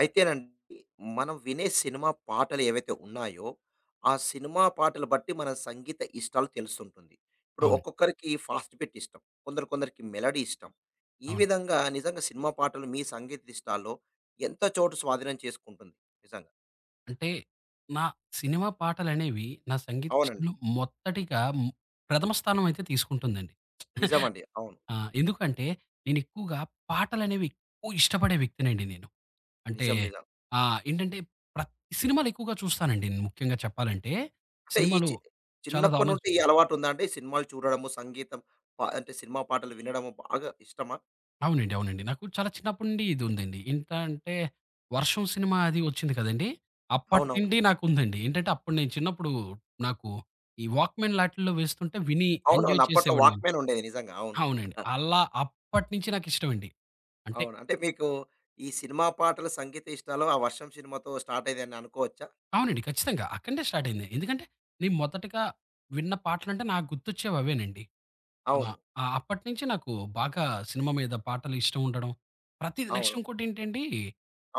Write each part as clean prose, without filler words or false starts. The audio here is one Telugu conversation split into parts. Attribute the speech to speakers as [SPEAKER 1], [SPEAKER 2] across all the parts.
[SPEAKER 1] అయితేనండి, మనం వినే సినిమా పాటలు ఏవైతే ఉన్నాయో, ఆ సినిమా పాటలు బట్టి మన సంగీత ఇష్టాలు తెలుస్తుంటుంది. ఇప్పుడు
[SPEAKER 2] అవును.
[SPEAKER 1] ఒక్కొక్కరికి ఫాస్ట్ బీట్ ఇష్టం. కొందరు కొందరికి మెలోడీ ఇష్టం. ఈ
[SPEAKER 2] అవును.
[SPEAKER 1] విధంగా నిజంగా సినిమా పాటలు మీ సంగీత ఇష్టాల్లో ఎంత చోటు స్వాధీనం చేసుకుంటుంది. నిజంగా.
[SPEAKER 2] అంటే నా సినిమా పాటలనేవి నా సంగీత
[SPEAKER 1] అవునండి.
[SPEAKER 2] ఇష్టంలో మొదటిగా ప్రథమ స్థానం అయితే తీసుకుంటుందండి.
[SPEAKER 1] నిజమండి. అవును.
[SPEAKER 2] ఆ! ఎందుకంటే నేను ఎక్కువగా పాటలనేవి ఎక్కువ ఇష్టపడే వ్యక్తినండి నేను. అంటే
[SPEAKER 1] నిజం. నిజం.
[SPEAKER 2] ఏంటంటే ప్రతి సినిమాలు ఎక్కువగా చూస్తానండి. నేను ముఖ్యంగా చెప్పాలంటే
[SPEAKER 1] అంటే ఈ
[SPEAKER 2] సినిమాలు
[SPEAKER 1] చి
[SPEAKER 2] చాలా
[SPEAKER 1] చిన్నప్పటి
[SPEAKER 2] దారుణంగా
[SPEAKER 1] నుండి ఈ
[SPEAKER 2] చూస్తా.
[SPEAKER 1] అలవాటు ఉందా అండి? సినిమాలు చూడడము, సంగీతం అంటే సినిమా పాటలు వినడము బాగా ఇష్టమా?
[SPEAKER 2] అవునండి. అవునండి. నాకు చాలా చిన్నప్పటి నుండి ఇది ఉందండి. ఇంత అంటే 'వర్షం' సినిమా అది వచ్చింది కదండీ! అప్పటి
[SPEAKER 1] అవునవును.
[SPEAKER 2] నుండి నాకుందండి. ఏంటంటే అప్పుడు నేను చిన్నప్పుడు నాకు ఈ వాక్‌మెన్ లాటిల్లో వేస్తుంటే విని
[SPEAKER 1] అవునవును.
[SPEAKER 2] ఎంజాయ్
[SPEAKER 1] అప్పట్లో
[SPEAKER 2] చేసేవాడిని.
[SPEAKER 1] వాక్‌మ్యాన్ ఉండేది నిజంగా. అవును.
[SPEAKER 2] అవునండి. అలా అప్పటినుంచి నాకిష్టమండి. అంటే
[SPEAKER 1] అవును. అంటే మీకు ఈ సినిమా పాటల సంగీత ఇష్టాలు ఆ 'వర్షం' సినిమాతో స్టార్ట్ అయ్యిందని అనుకోవచ్చా?
[SPEAKER 2] అవునండి. ఖచ్చితంగా. అక్కడి నుండే స్టార్ట్ అయింది. ఎందుకంటే నేను మొదటగా విన్న పాటలంటే నాకు గుర్తొచ్చేవి అవేనండి. ఆ!
[SPEAKER 1] అవును.
[SPEAKER 2] ఆ! అప్పటినుంచి నాకు బాగా సినిమా మీద పాటలు ఇష్టం ఉండడం. ప్రతిది నెక్స్ట్
[SPEAKER 1] అవును.
[SPEAKER 2] ఇంకోటేంటండి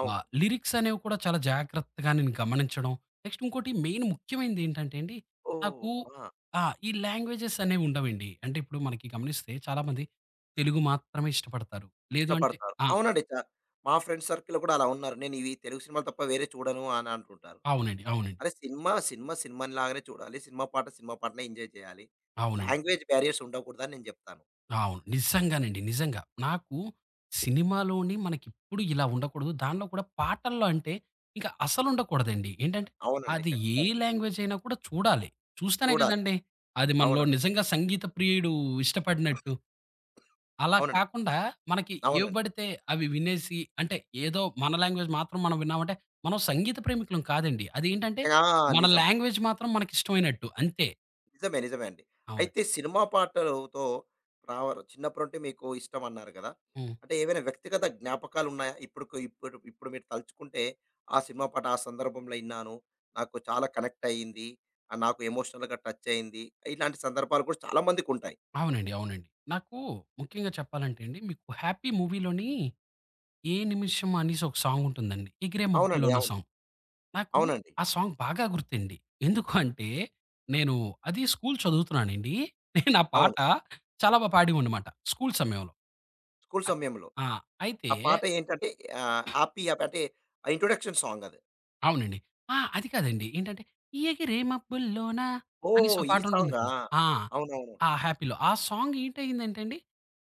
[SPEAKER 1] అవును.
[SPEAKER 2] లిరిక్స్ అనేవి కూడా చాలా జాగ్రత్తగా నేను గమనించడం. నెక్స్ట్ ఇంకోటి మెయిన్ ముఖ్యమైనది ఏంటంటే అండి,
[SPEAKER 1] ఓహ్!
[SPEAKER 2] నాకు
[SPEAKER 1] ఆ!
[SPEAKER 2] ఈ లాంగ్వేజెస్ అనేవి ఉండవండి. అంటే ఇప్పుడు మనకి గమనిస్తే చాలామంది తెలుగు మాత్రమే ఇష్టపడతారు. లేదు అంటే
[SPEAKER 1] ఇష్టపడతారు.
[SPEAKER 2] ఆ!
[SPEAKER 1] అవునండి. మా ఫ్రెండ్స్ సర్కిల్‌లో కూడా అలా ఉన్నారు. నేను ఇవి తెలుగు సినిమాలు తప్ప వేరే చూడను అని అంటుంటారు.
[SPEAKER 2] అవునండి. అవునండి.
[SPEAKER 1] అరే! సినిమా, సినిమానిలాగానే చూడాలి. సినిమా పాట, సినిమా పాటనే ఎంజాయ్ చేయాలి.
[SPEAKER 2] అవునండి.
[SPEAKER 1] లాంగ్వేజ్ బ్యారియర్స్ ఉండకూడదని నేను చెప్తాను.
[SPEAKER 2] అవును. నిజంగానండి. నిజంగా. నాకు సినిమాలోని మనకిప్పుడు ఇలా ఉండకూడదు. దానిలో కూడా పాటల్లో అంటే ఇంకా అసలుండకూడదండి. ఏంటంటే
[SPEAKER 1] అవునండి.
[SPEAKER 2] అది ఏ
[SPEAKER 1] ఖచ్చితంగా.
[SPEAKER 2] లాంగ్వేజ్ అయినా కూడా చూడాలి. చూస్తేనే
[SPEAKER 1] చూడాలి.
[SPEAKER 2] కదండీ! అది మనలో
[SPEAKER 1] అవును.
[SPEAKER 2] నిజంగా సంగీత ప్రియుడు ఇష్టపడినట్టు. అలా
[SPEAKER 1] అవునండి.
[SPEAKER 2] కాకుండా మనకి ఏవి
[SPEAKER 1] అవునండి.
[SPEAKER 2] పడితే అవి వినేసి అంటే ఏదో మన లాంగ్వేజ్ మాత్రం మనం విన్నామంటే మనం సంగీత ప్రేమికులం కాదండి. అదేంటంటే
[SPEAKER 1] నిజంగా ఆ!
[SPEAKER 2] మన
[SPEAKER 1] నిజం.
[SPEAKER 2] లాంగ్వేజ్ మాత్రం మనకిష్టమైనట్టు అంతే.
[SPEAKER 1] నిజమే. నిజమే అండి.
[SPEAKER 2] అవును.
[SPEAKER 1] అయితే సినిమా పాటలతో రావరు చిన్నప్పుడు అంటే మీకు ఇష్టం అన్నారు కదా!
[SPEAKER 2] హ్మ్.
[SPEAKER 1] అంటే ఏవైనా వ్యక్తిగత జ్ఞాపకాలు ఉన్నాయా? ఇప్పుడు మీరు తలుచుకుంటే ఆ సినిమా పాట ఆ సందర్భంలో ఇన్నాను. నాకు చాలా కనెక్ట్ అయింది. నాకు ఎమోషనల్‌గా టచ్ అయింది. ఇలాంటి సందర్భాలు కూడా చాలా మందికుంటాయి.
[SPEAKER 2] అవునండి. అవునండి. నాకు ముఖ్యంగా చెప్పాలంటే అండి, మీకు 'హ్యాపీ' మూవీలోని 'ఏ నిమిషం' అనేసి ఒక సాంగ్ ఉంటుందండి. 'ఎగిరే మబ్బుల్లో'
[SPEAKER 1] అవునండి.
[SPEAKER 2] అన్న
[SPEAKER 1] అవును.
[SPEAKER 2] సాంగ్. నాకు
[SPEAKER 1] అవునండి.
[SPEAKER 2] ఆ సాంగ్ బాగా గుర్తండి. ఎందుకు అంటే, నేను అది స్కూల్ చదువుతున్నానండి. నేను ఆ
[SPEAKER 1] అవును.
[SPEAKER 2] పాట చాలా పాడేవాడినమాట స్కూల్ సమయంలో.
[SPEAKER 1] స్కూల్
[SPEAKER 2] అయ్
[SPEAKER 1] సమయంలో.
[SPEAKER 2] ఆ! అయితే
[SPEAKER 1] ఆ పాట ఏంటంటే 'హ్యాపీ హ్యాపీ' అంటే ఇంట్రొడక్షన్ సాంగ్ అది.
[SPEAKER 2] అవునండి. అది కాదండి. ఏంటంటే, 'ఎగిరే మబ్బుల్లోన' అనేసి
[SPEAKER 1] ఓహ్!
[SPEAKER 2] ఓ
[SPEAKER 1] ఈ
[SPEAKER 2] పాట ఉంటుంది
[SPEAKER 1] సాంగా?
[SPEAKER 2] కదా! ఆ!
[SPEAKER 1] అవునవును.
[SPEAKER 2] ఆ 'హ్యాపీలో.' ఆ సాంగ్ ఏంటయిందంటే అండి,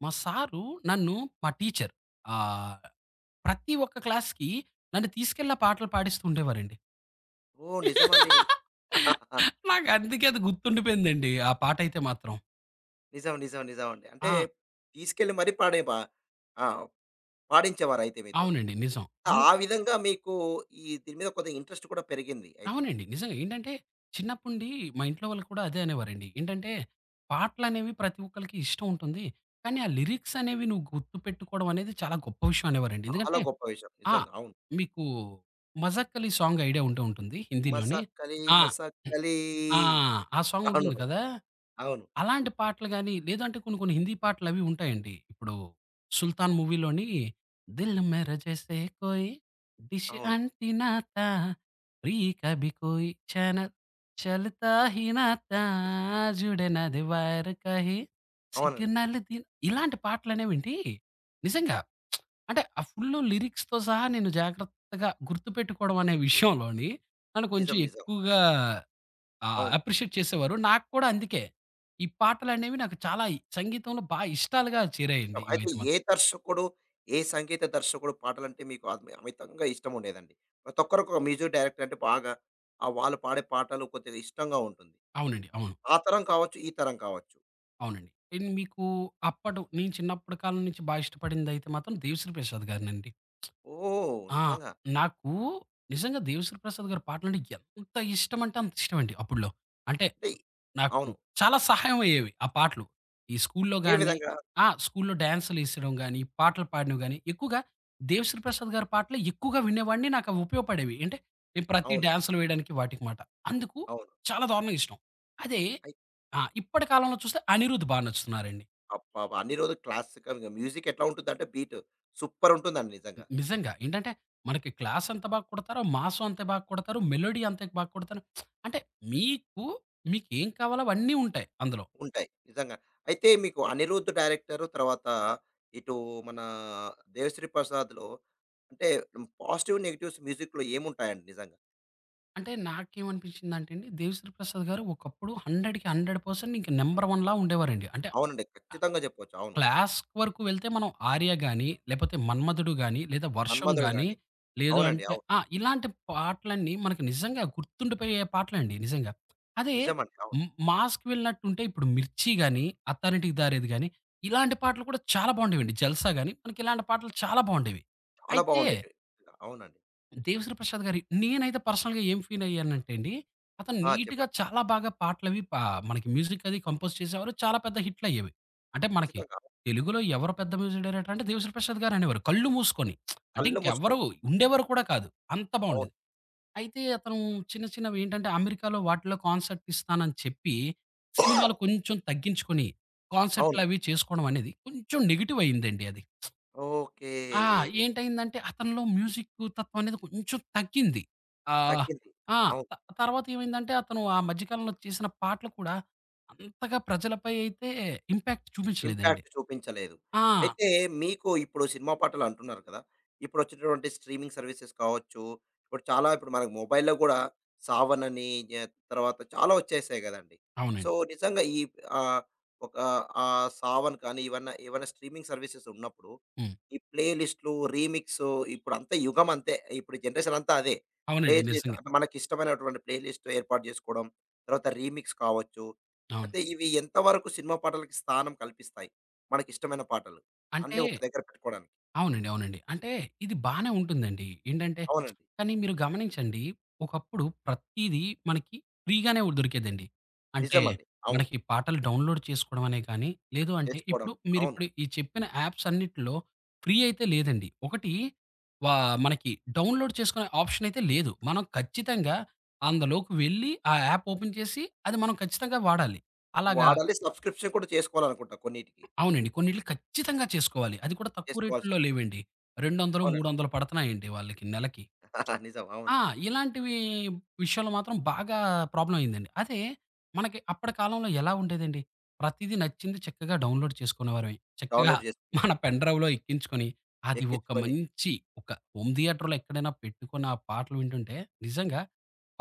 [SPEAKER 2] మా సారు నన్ను మా టీచర్ ఆహ్ ప్రతి ఒక్క క్లాస్‌కి నన్ను తీసుకెళ్ళి ఆ పాటలు పాడిస్తూ ఉండేవారండి.
[SPEAKER 1] ఓహ్! నిజమండి.
[SPEAKER 2] నాకందుకే అది గుర్తుండిపోయిందండి. ఆ పాటైతే మాత్రం.
[SPEAKER 1] నిజం. నిజం. నిజం అండి. అంటే
[SPEAKER 2] ఆ!
[SPEAKER 1] తీసుకెళ్ళి మరీ పాడే పా ఆ! పాడించేవారయితే మీతోని.
[SPEAKER 2] అవునండి. నిజం. అన్
[SPEAKER 1] ఆ విధంగా మీకు ఈ దీని మీద కొద్దిగా ఇంట్రెస్ట్ కూడా పెరిగింది అయితే.
[SPEAKER 2] అవునండి. నిజంగా ఏంటంటే, చిన్నప్పుండి మా ఇంట్లో వాళ్ళు కూడా అదే అనేవారండి. ఏంటంటే, పాటలనేవి ప్రతి ఒక్కళ్ళకి ఇష్టం ఉంటుంది. కానీ ఆ లిరిక్స్ అనేవి నువ్వు గుర్తుపెట్టుకోవడం అనేది చాలా గొప్ప విషయం అనేవారండి.
[SPEAKER 1] చాలా
[SPEAKER 2] ఎందుకంటే
[SPEAKER 1] గొప్ప విషయం.
[SPEAKER 2] ఆ!
[SPEAKER 1] నిజంగా. అవును.
[SPEAKER 2] మీకు 'మజాక్ అలీ' సాంగ్ ఐడియా ఉండే ఉంటుంది హిందీలోనే.
[SPEAKER 1] మసక్కలి
[SPEAKER 2] ఆ!
[SPEAKER 1] మసక్కలి
[SPEAKER 2] ఆ! ఆ
[SPEAKER 1] అవును.
[SPEAKER 2] సాంగుంటుంది కదా!
[SPEAKER 1] అవును.
[SPEAKER 2] అలాంటి పాటలు గాని, లేదంటే కొన్ని కొన్ని హిందీ పాటలవి ఉంటాయండి. ఇప్పుడు 'సుల్తాన్' మూవీలోని 'దిల్ మేరా జైసే కోయి డిష్
[SPEAKER 1] అవును.
[SPEAKER 2] అంటినా తా, ప్రియ కభీ కోయి చానల్ చల్తా హీ నా తా, జుడే నాది వైర్ కహీ
[SPEAKER 1] అవునండి.
[SPEAKER 2] సిగ్నల్ దిన్' ఇలాంటి పాటలనేవేంటి నిజంగా అంటే ఆ ఫుల్లు లిరిక్స్‌తో సహా నేను జాగ్రత్తగా గుర్తుపెట్టుకోవడం అనే విషయంలోని నన్ను కొంచెం
[SPEAKER 1] నిజం. నిజం.
[SPEAKER 2] ఎక్కువగా ఆ!
[SPEAKER 1] అవును.
[SPEAKER 2] అప్రిషియేట్ చేసేవారు. నాకు కూడా అందుకే. ఈ పాటలనేవి నాకు చాలా సంగీతంలో ఇష్టాలుగా
[SPEAKER 1] ఇష్టం.
[SPEAKER 2] చేరాయండి
[SPEAKER 1] అయితే
[SPEAKER 2] ఇవైతే
[SPEAKER 1] ఏ
[SPEAKER 2] మాత్రం.
[SPEAKER 1] దర్శకుడు, ఏ సంగీత దర్శకుడు పాటలంటే మీకు అమితంగా ఇష్టముండేదండి? ప్రతి ఒక్కరికి ఒక మ్యూజిక్ డైరెక్టర్ అంటే బాగా వాళ్ళు పాడే పాటలు కొద్దిగా ఇష్టంగా ఉంటుంది.
[SPEAKER 2] అవునండి. అవును.
[SPEAKER 1] ఆ తరం కావచ్చు, ఈ తరం కావచ్చు.
[SPEAKER 2] అవునండి. నేను మీకు అప్పడు నేను చిన్నప్పటి కాలం నుంచి ఇష్టపడిందైతే మాత్రం 'దేవిశ్రీ ప్రసాద్' గారినండి.
[SPEAKER 1] ఓహ్!
[SPEAKER 2] ఆ!
[SPEAKER 1] నిజంగా.
[SPEAKER 2] నాకు నిజంగా 'దేవిశ్రీ ప్రసాద్' గారి పాటలంటే ఎంత ఇష్టమంటే అంత ఇష్టమండి అప్పుడులో. అంటే
[SPEAKER 1] అంటే
[SPEAKER 2] నాకు
[SPEAKER 1] అవును.
[SPEAKER 2] చాలా సహాయం అయ్యేవి ఆ పాటలు. ఈ స్కూల్లో
[SPEAKER 1] ఏ
[SPEAKER 2] గాని
[SPEAKER 1] విధంగా?
[SPEAKER 2] స్కూల్లో డాన్సులేసేయడం గాని, పాటలు పాడడం గాని ఎక్కువగా 'దేవిశ్రీ ప్రసాద్' గారి పాటలే ఎక్కువగా వినేవాడిని. నాకవి ఉపయోగపడేవి. అంటే నేను ప్రతి
[SPEAKER 1] అవును.
[SPEAKER 2] డాన్సులు వేయడానికి వాటికి మాట. అందుకు
[SPEAKER 1] అవును.
[SPEAKER 2] చాలా దారుణంగా ఇష్టం. అదే
[SPEAKER 1] అయి
[SPEAKER 2] ఇప్పటి కాలంలో చూస్తే అనిరుద్ నచ్చుతున్నారండి.
[SPEAKER 1] అబ్బబ్బా! అన్ని రోజులు క్లాసికల్‌గా మ్యూజిక్ ఎట్లా ఉంటుందంటే బీట్ సూపర్ ఉంటుందండి నిజంగా.
[SPEAKER 2] నిజంగా. ఏంటంటే మనకి క్లాస్ ఎంత బాగా కొడతారో, మాసు అంతే బాగా కొడతారు. మెలోడీ అంతే బాగా కొడతారు. అంటే మీకు, మీకేం కావాలో అవన్నీ ఉంటాయి అందులో.
[SPEAKER 1] ఉంటాయి. నిజంగా. అయితే మీకు 'అనిరుద్' డైరెక్టరు తర్వాత ఇటు మన 'దేవశ్రీ ప్రసాద్‌లో' అంటే పాజిటివ్, నెగెటివ్స్ మ్యూజిక్‌లో ఏముంటాయండి నిజంగా?
[SPEAKER 2] అంటే నాకేమనిపించిందంటే అండి, 'దేవిశ్రీ ప్రసాద్' గారు ఒకప్పుడు 100కి 100% ఇంక నంబర్ 1లా ఉండేవారండి. అంటే
[SPEAKER 1] అవునండి. ఖచ్చితంగా చెప్పొచ్చు. అవును.
[SPEAKER 2] క్లాస్ వరకు వెళ్తే మనం 'ఆర్య' గాని, లేపోతే 'మన్మధుడు' గాని, లేదా 'వర్షం'
[SPEAKER 1] 'మన్మధుడు'
[SPEAKER 2] గాని,
[SPEAKER 1] గాని
[SPEAKER 2] లేదు
[SPEAKER 1] అవునండి.
[SPEAKER 2] అంటే
[SPEAKER 1] అవును.
[SPEAKER 2] ఇలాంటి పాటలన్నీ మనకు నిజంగా గుర్తుండిపోయే పాటలండి నిజంగా. అదే
[SPEAKER 1] నిజమండి. అవును.
[SPEAKER 2] మాస్‌కి వెళ్ళినట్టుంటే ఇప్పుడు 'మిర్చి' గాని, 'అత్తారింటికి దారేది' గాని, ఇలాంటి పాటలు కూడా చాలా బావుండేవండి. 'జల్సా' గాని, మనకి ఇలాంటి పాటలు చాలా బావుండేవి.
[SPEAKER 1] చాలా
[SPEAKER 2] అయితే
[SPEAKER 1] బాగుండేటివి. అవునండి.
[SPEAKER 2] దేవిశ్రీ ప్రసాద్ గారి నేనైతే పర్సనల్‌గా ఏం ఫీల్ అయ్యానంటే అండి, అతను
[SPEAKER 1] ఆ!
[SPEAKER 2] నీట్‌గా
[SPEAKER 1] చెప్పండి.
[SPEAKER 2] చాలా బాగా పాటలవి పా మనకి మ్యూజిక్ అది కంపోజ్ చేసేవారు. చాలా పెద్ద హిట్‌లయ్యేవి. అంటే మనకి
[SPEAKER 1] ఖచ్చితంగా.
[SPEAKER 2] తెలుగులో ఎవరు పెద్ద మ్యూజిక్ డైరెక్టర్ అంటే దేవిశ్రీ ప్రసాద్ గారు అనేవారు. కళ్ళు మూసుకొని. అంటే
[SPEAKER 1] కళ్ళు
[SPEAKER 2] ఇంకెవ్వరు
[SPEAKER 1] మూసుకొని.
[SPEAKER 2] ఉండేవారు కూడా కాదు. అంత
[SPEAKER 1] అవును.
[SPEAKER 2] బావుండేది. అయితే అతను చిన్న చిన్నవి ఏంటంటే అమెరికాలో వాటిలో కాన్సర్ట్ ఇస్తానని చెప్పి, సినిమాలు కొంచెం తగ్గించుకొని
[SPEAKER 1] అవును.
[SPEAKER 2] కాన్సర్ట్‌లవి చేసుకోవడం అనేది కొంచెం నెగెటివ్ అయిందండి అది.
[SPEAKER 1] ఓకే.
[SPEAKER 2] ఆ! ఏంటయిందంటే అతనిలో మ్యూజిక్ తత్వం అనేది కొంచెం తగ్గింది. ఆహ్,
[SPEAKER 1] తగ్గింది.
[SPEAKER 2] ఆ!
[SPEAKER 1] అవును.
[SPEAKER 2] త తర్వాత ఏమైందంటే అతను ఆ మధ్య కాలంలో చేసిన పాటలు కూడా అంతగా ప్రజలపై అయితే ఇంపాక్ట్ చూపించలేదండి.
[SPEAKER 1] ఇంపాక్ట్ చూపించలేదు.
[SPEAKER 2] ఆ!
[SPEAKER 1] అయితే మీకు ఇప్పుడు సినిమా పాటలు అంటున్నారు కదా! ఇప్పుడొచ్చేటటువంటి స్ట్రీమింగ్ సర్వీసెస్ కావచ్చు, ఇప్పుడు మనకు మొబైల్‌లో గూడా 'సావన్' అని జ తర్వాత చాలా వచ్చేసాయి గదండీ. సో,
[SPEAKER 2] అవునండి.
[SPEAKER 1] నిజంగా ఈ ఆహ్, ఒక 'సావన్' కానీ ఇవన్నా ఏవన్నా స్ట్రీమింగ్ సర్వీసెస్ ఉన్నప్పుడు
[SPEAKER 2] హ్మ్.
[SPEAKER 1] ఈ ప్లే లిస్ట్‌లు, రీమిక్సు ఇప్పుడంతా యుగం అంతే. ఇప్పుడు జనరేషన్ అంతా అదే. ప్లే
[SPEAKER 2] అవునండి.
[SPEAKER 1] లిస్ట్
[SPEAKER 2] నిజంగా.
[SPEAKER 1] అంటే మనకిష్టమైనటువంటి ప్లే లిస్ట్ ఏర్పాటు జేసుకోవడం, తర్వాత రీమిక్స్ కావచ్చు.
[SPEAKER 2] అవును.
[SPEAKER 1] అయితే ఇవి ఎంతవరకు సినిమా పాటలకి స్థానం కల్పిస్తాయి? మనకిష్టమైన పాటలు. అన్నీ
[SPEAKER 2] అంటే
[SPEAKER 1] ఒక దగ్గర పెట్టుకోవడానికి.
[SPEAKER 2] అవునండి. అవునండి. అంటే ఇది బానే ఉంటుందండి. ఏంటంటే
[SPEAKER 1] అవునండి.
[SPEAKER 2] కానీ మీరు గమనించండి. ఒకప్పుడు ప్రతీదీ మనకి ఫ్రీగానే దొరికేదండి. అంటే
[SPEAKER 1] నిజమండి. అవును.
[SPEAKER 2] మనకి పాటలు డౌన్‌లోడ్ చేసుకోవడం అనే కానీ, లేదు అంటే
[SPEAKER 1] చేసుకోవడం.
[SPEAKER 2] ఇప్పుడు
[SPEAKER 1] అవును.
[SPEAKER 2] మీరిప్పుడు ఈ చెప్పిన యాప్స్ అన్నిటిలో ఫ్రీ అయితే లేదండి. ఒకటి వా మనకి డౌన్‌లోడ్ చేసుకునే ఆప్షన్ అయితే లేదు. మనం ఖచ్చితంగా అందులోకి వెళ్లి, ఆ యాప్ ఓపెన్ చేసి, అది మనం ఖచ్చితంగా వాడాలి. అలాగా
[SPEAKER 1] వాడాలి. సబ్స్క్రిప్షన్ కూడా చేసుకోవాలనుకుంటా కొన్నిటికి.
[SPEAKER 2] అవునండి. కొన్నిటిలి ఖచ్చితంగా చేసుకోవాలి. అది కూడా తక్కువ రేట్‌ల్లో
[SPEAKER 1] చేసుకోవాల్సిందే.
[SPEAKER 2] లేవండి. 200,
[SPEAKER 1] అవునండి.
[SPEAKER 2] 300 పడుతున్నాయండి వాళ్ళకి నెలకి.
[SPEAKER 1] నిజం.
[SPEAKER 2] ఆ!
[SPEAKER 1] అవునండి.
[SPEAKER 2] ఇలాంటివి విషయంలో మాత్రం బాగా ప్రాబ్లమ్ అయిందండి. అదే మనకి అప్పటి కాలంలో ఎలా ఉండేదండి, ప్రతీదీ నచ్చింది చక్కగా డౌన్‌లోడ్ చేసుకునేవారమే. చక్కగా
[SPEAKER 1] డౌన్‌లోడ్ చేసుకున్నాం.
[SPEAKER 2] మన పెన్ డ్రైవ్‌లో ఎక్కించుకొని, అది ఒక
[SPEAKER 1] ఎక్కించుకొని
[SPEAKER 2] మంచి ఒక హోమ్ థియేటర్‌లో ఎక్కడైనా పెట్టుకొని, ఆ పాటలు వింటుంటే నిజంగా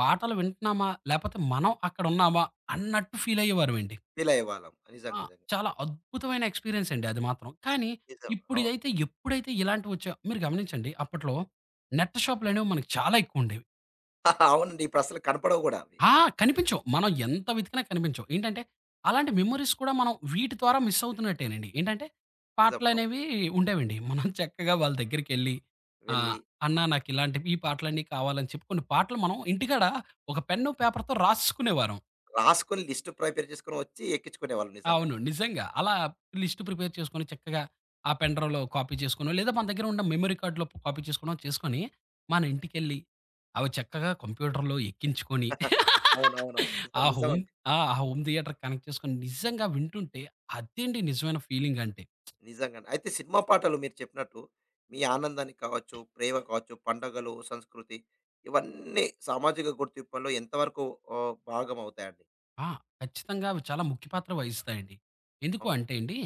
[SPEAKER 2] పాటలు వింటున్నామా? లేపోతే మనం అక్కడున్నామా? అన్నట్టు ఫీల్ అయ్యేవారమండి.
[SPEAKER 1] ఫీల్ అయ్యేవాళ్ళం.
[SPEAKER 2] ఆ!
[SPEAKER 1] నిజంగా నిజంగా.
[SPEAKER 2] చాలా అద్భుతమైన ఎక్స్‌పీరియన్స్ అండి అది మాత్రం. కానీ
[SPEAKER 1] నిజం. అవును.
[SPEAKER 2] ఇప్పుడిదైతే ఎప్పుడైతే ఇలాంటివొచ్చాయో మీరు గమనించండి అప్పట్లో నెట్ షాపులనేవి మనకు చాలా ఎక్కువుండేవి.
[SPEAKER 1] అవునండి. ఇప్పుడసలు కనపడవు గూడా అవి.
[SPEAKER 2] ఆ! కనిపించవు. మనం ఎంత వెతికినా కనిపించవు. ఏంటంటే అలాంటి మెమోరీస్ కూడా మనం వీటి ద్వారా మిస్ అవుతున్నట్టేనండి. ఏంటంటే
[SPEAKER 1] నిజం. అవును.
[SPEAKER 2] పాటలనేవి ఉండేవండి. మనం చక్కగా వాళ్ళ దగ్గరికెళ్ళి
[SPEAKER 1] వెళ్ళి
[SPEAKER 2] ఆహ్, "అన్నా నాకిలాంటివి ఈ పాటలన్నీ కావాలని" చెప్పి కొన్ని పాటలు మనం ఇంటికాడ ఒక పెన్ను, పేపర్‌తో రాసేసుకునేవారం.
[SPEAKER 1] రాసుకొని లిస్ట్ ప్రిపేర్ చేసుకొని వచ్చి ఎక్కించుకునేవాళ్ళు నిజంగా.
[SPEAKER 2] అవును. నిజంగా. అలా లిస్ట్ ప్రిపేర్ చేసుకొని చక్కగా ఆ పెన్ డ్రైవ్‌లో కాపీ చేసుకునో, లేదా మన దగ్గర ఉన్న మెమరీ కార్డ్‌లో కాపీ చేసుకునో చేసుకొని, మన ఇంటికెళ్ళి అవి చక్కగా కంప్యూటర్‌లో ఎక్కించుకొని
[SPEAKER 1] అవునవునవును. నిజం.
[SPEAKER 2] ఆ హోమ్
[SPEAKER 1] నిజమండి.
[SPEAKER 2] ఆ! ఆ హోమ్ థియేటర్‌కి కనెక్ట్ చేసుకొని నిజంగా వింటుంటే అదేండి నిజమైన ఫీలింగ్ అంటే.
[SPEAKER 1] నిజంగానే. అయితే సినిమా పాటలు మీరు చెప్పినట్టు మీ ఆనందానికి కావచ్చు, ప్రేమ కావచ్చు, పండగలు, సంస్కృతి ఇవన్నీ సామాజిక గుర్తింపులో ఎంతవరకు భాగమవుతాయండి?
[SPEAKER 2] ఆ! ఖచ్చితంగా అవి చాలా ముఖ్య పాత్ర వహిస్తాయండి. ఎందుకు
[SPEAKER 1] అవును.
[SPEAKER 2] అంటే అండి,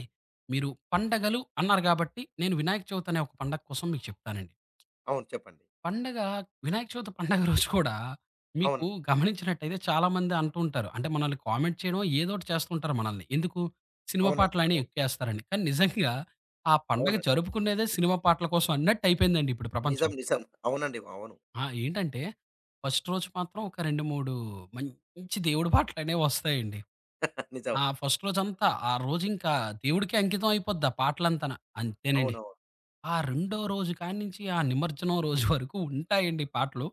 [SPEAKER 2] మీరు పండగలు అన్నారు కాబట్టి, నేను వినాయక చవితి అనే ఒక పండగ కోసం మీకు చెప్తానండి.
[SPEAKER 1] అవును. చెప్పండి.
[SPEAKER 2] పండగ వినాయక చవితి పండగ రోజు కూడా
[SPEAKER 1] అవును.
[SPEAKER 2] మీకు గమనించినట్టయితే చాలామంది అంటూ ఉంటారు. అంటే మనల్ని కామెంట్ చేయడం ఏదో ఒకటి చేస్తుంటారు మనల్ని. ఎందుకు? సినిమా
[SPEAKER 1] అవునండి.
[SPEAKER 2] పాటలనే
[SPEAKER 1] అవును.
[SPEAKER 2] ఎక్కువేస్తారని. కానీ నిజంగా ఆ పండగ
[SPEAKER 1] అవునండి.
[SPEAKER 2] జరుపుకునేదే సినిమా పాటల కోసం అన్నట్టయిపోయిందండి ఇప్పుడు ప్రపంచం.
[SPEAKER 1] నిజం. నిజం. అవునండి. అవును.
[SPEAKER 2] ఏంటంటే ఫస్ట్ రోజు మాత్రం ఒక 2, 3 మంచి దేవుడి పాటలనేవి వస్తాయండి.
[SPEAKER 1] నిజం.
[SPEAKER 2] ఫస్ట్ రోజంతా ఆ రోజింకా దేవుడికే అంకితం అయిపోద్ది ఆ పాటలంతాన. అంతేనండి.
[SPEAKER 1] అవునవును. అవును.
[SPEAKER 2] ఆ రెండో రోజు కాడ్నించి ఆ నిమజ్జనం రోజు వరకు ఉంటాయండి పాటలు.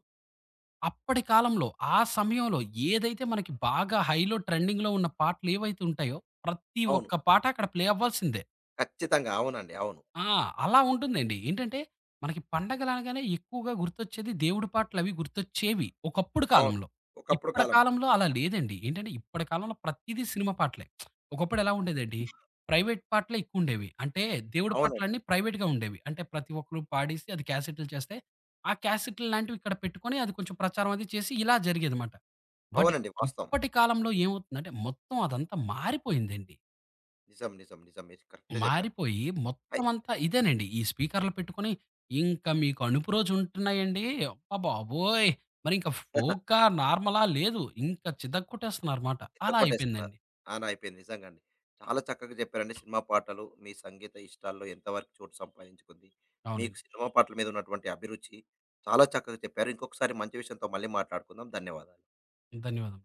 [SPEAKER 2] అప్పటి కాలంలో, ఆ సమయంలో ఏదైతే మనకి బాగా హైలో ట్రెండింగ్‌లో ఉన్న పాటలేవైతే ఉంటాయో, ప్రతి
[SPEAKER 1] అవును
[SPEAKER 2] ఒక్క పాట అక్కడ ప్లే అవ్వాల్సిందే.
[SPEAKER 1] ఖచ్చితంగా. అవునండి. అవును.
[SPEAKER 2] ఆ! అలా ఉంటుందండి. ఏంటంటే, మనకి పండగలనగానే ఎక్కువగా గుర్తొచ్చేది దేవుడి పాటలవి గుర్తొచ్చేవి. ఒకప్పుడు
[SPEAKER 1] అవును.
[SPEAKER 2] కాలంలో.
[SPEAKER 1] ఒకప్పుడు
[SPEAKER 2] ఇప్పటి
[SPEAKER 1] కాలంలో.
[SPEAKER 2] కాలంలో అలా లేదండి. ఏంటంటే, ఇప్పటి కాలంలో ప్రతీదీ సినిమా పాటలే. ఒకప్పుడు ఎలా ఉండేదండి, ప్రైవేట్ పాటలే ఎక్కువుండేవి. అంటే, దేవుడి
[SPEAKER 1] అవునండి.
[SPEAKER 2] పాటలన్నీ ప్రైవేట్‌గా ఉండేవి. అంటే, ప్రతి ఒక్కరు పాడేసి అది క్యాసెట్‌లు చేస్తే, ఆ క్యాసెట్‌లు లాంటివి ఇక్కడ పెట్టుకొని అది కొంచెం ప్రచారం అది చేసి ఇలా జరిగేదనమాట. బట్
[SPEAKER 1] అవునండి. వాస్తవం.
[SPEAKER 2] ఇప్పటి కాలంలో ఏమవుతుందంటే, మొత్తం అదంతా మారిపోయిందండి.
[SPEAKER 1] నిజం. నిజం. నిజం. మీరు కరెక్టే చెప్పారు.
[SPEAKER 2] మారిపోయి
[SPEAKER 1] అయి
[SPEAKER 2] మొత్తమంతా ఇదేనండి. ఈ స్పీకర్‌లు పెట్టుకొని ఇంకా మీకు అనుపు రోజు ఉంటున్నాయండి. అబ్బబాబోయ్! మరింక ఫోకా, నార్మలా లేదు. ఇంకా చితగ్గొట్టేస్తున్నారమాట.
[SPEAKER 1] పెద్ద
[SPEAKER 2] అలా
[SPEAKER 1] కొట్టేస్తున్నారు.
[SPEAKER 2] అయిపోయిందండి.
[SPEAKER 1] ఆ! నా అయిపోయింది నిజంగండి. చాలా చక్కగా చెప్పారండి. సినిమా పాటలు మీ సంగీత ఇష్టాల్లో ఎంతవరకు చోటు సంపాదించుకుంది. మీకు
[SPEAKER 2] అవునండి.
[SPEAKER 1] సినిమా పాటల మీద ఉన్నటువంటి అభిరుచి చాలా చక్కగా చెప్పారు. ఇంకొకసారి మంచి విషయంతో మళ్ళీ మాట్లాడుకుందాం. ధన్యవాదాలు.
[SPEAKER 2] ధన్యవాదములు.